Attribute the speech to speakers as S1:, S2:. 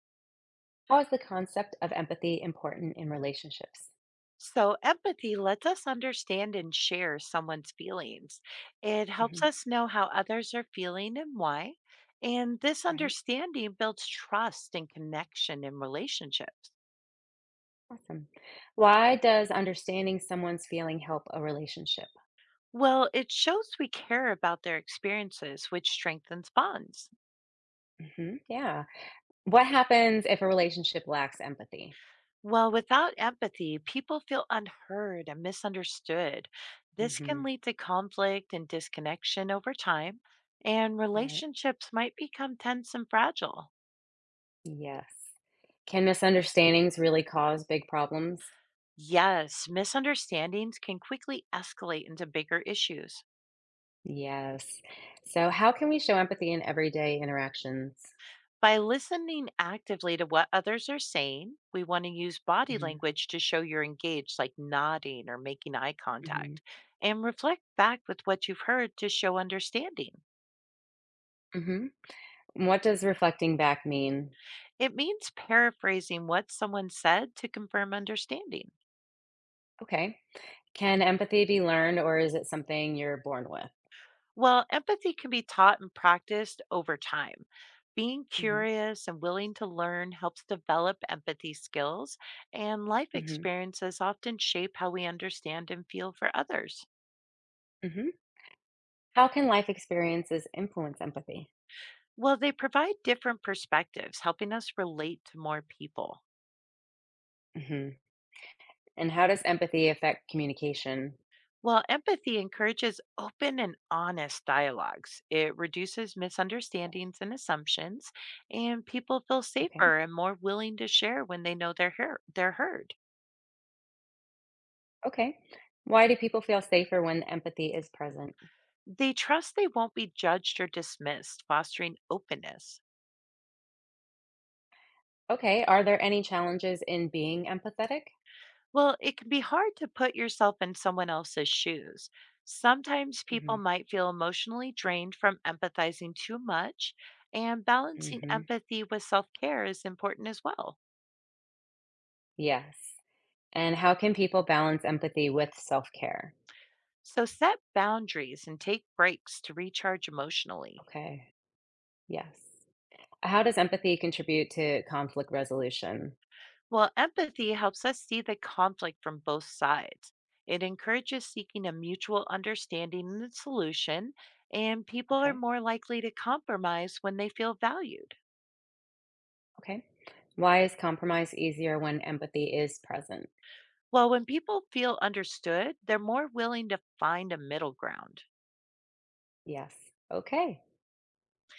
S1: How is the concept of empathy important in relationships?
S2: So, empathy lets us understand and share someone's feelings. It helps
S1: Mhm,
S2: us know how others are feeling and why. And this
S1: right?
S2: understanding builds trust and connection in relationships.
S1: Awesome. Why does understanding someone's feeling help a relationship?
S2: Well, it shows we care about their experiences, which strengthens bonds.
S1: Yeah. What happens if a relationship lacks empathy?
S2: Well, without empathy, people feel unheard and misunderstood. This can
S1: Hmm.
S2: lead to conflict and disconnection over time, and
S1: Right.
S2: relationships might become tense and fragile.
S1: Yes. Can misunderstandings really cause big problems?
S2: Yes, misunderstandings can quickly escalate into bigger issues.
S1: Yes. So, how can we show empathy in everyday interactions?
S2: By listening actively to what others are saying, we want to use body
S1: Hmm.
S2: language to show you're engaged, like nodding or making eye
S1: Hmm.
S2: contact, and reflect back with what you've heard to show understanding.
S1: Hmm. What does reflecting back mean?
S2: It means paraphrasing what someone said to confirm understanding.
S1: Okay. Can empathy be learned or is it something you're born with?
S2: Well, empathy can be taught and practiced over time. Being
S1: Mhm.
S2: curious and willing to learn helps develop empathy skills, and life
S1: Mhm.
S2: experiences often shape how we understand and feel for others.
S1: Mhm. How can life experiences influence empathy?
S2: Well, they provide different perspectives, helping us relate to more people.
S1: Mhm, and how does empathy affect communication?
S2: While empathy encourages open and honest dialogues, it reduces
S1: Yeah,
S2: misunderstandings and assumptions, and people feel
S1: okay,
S2: safer and more willing to share when they know they're heard.
S1: okay. Why do people feel safer when empathy is present?
S2: They trust they won't be judged or dismissed, fostering openness.
S1: Okay, are there any challenges in being empathetic?
S2: Well, it can be hard to put yourself in someone else's shoes. Sometimes people
S1: Mhm.
S2: might feel emotionally drained from empathizing too much, and balancing
S1: Mhm.
S2: empathy with self care is important as well.
S1: Yes. And how can people balance empathy with self-care?
S2: So set boundaries and take breaks to recharge emotionally.
S1: Okay, yes. How does empathy contribute to conflict resolution?
S2: Well, empathy helps us see the conflict from both sides. It encourages seeking a mutual understanding and solution, and people are
S1: Okay,
S2: more likely to compromise when they feel valued.
S1: okay. Why is compromise easier when empathy is present?
S2: Well, when people feel understood, they're more willing to find a middle ground.
S1: Yes. Okay.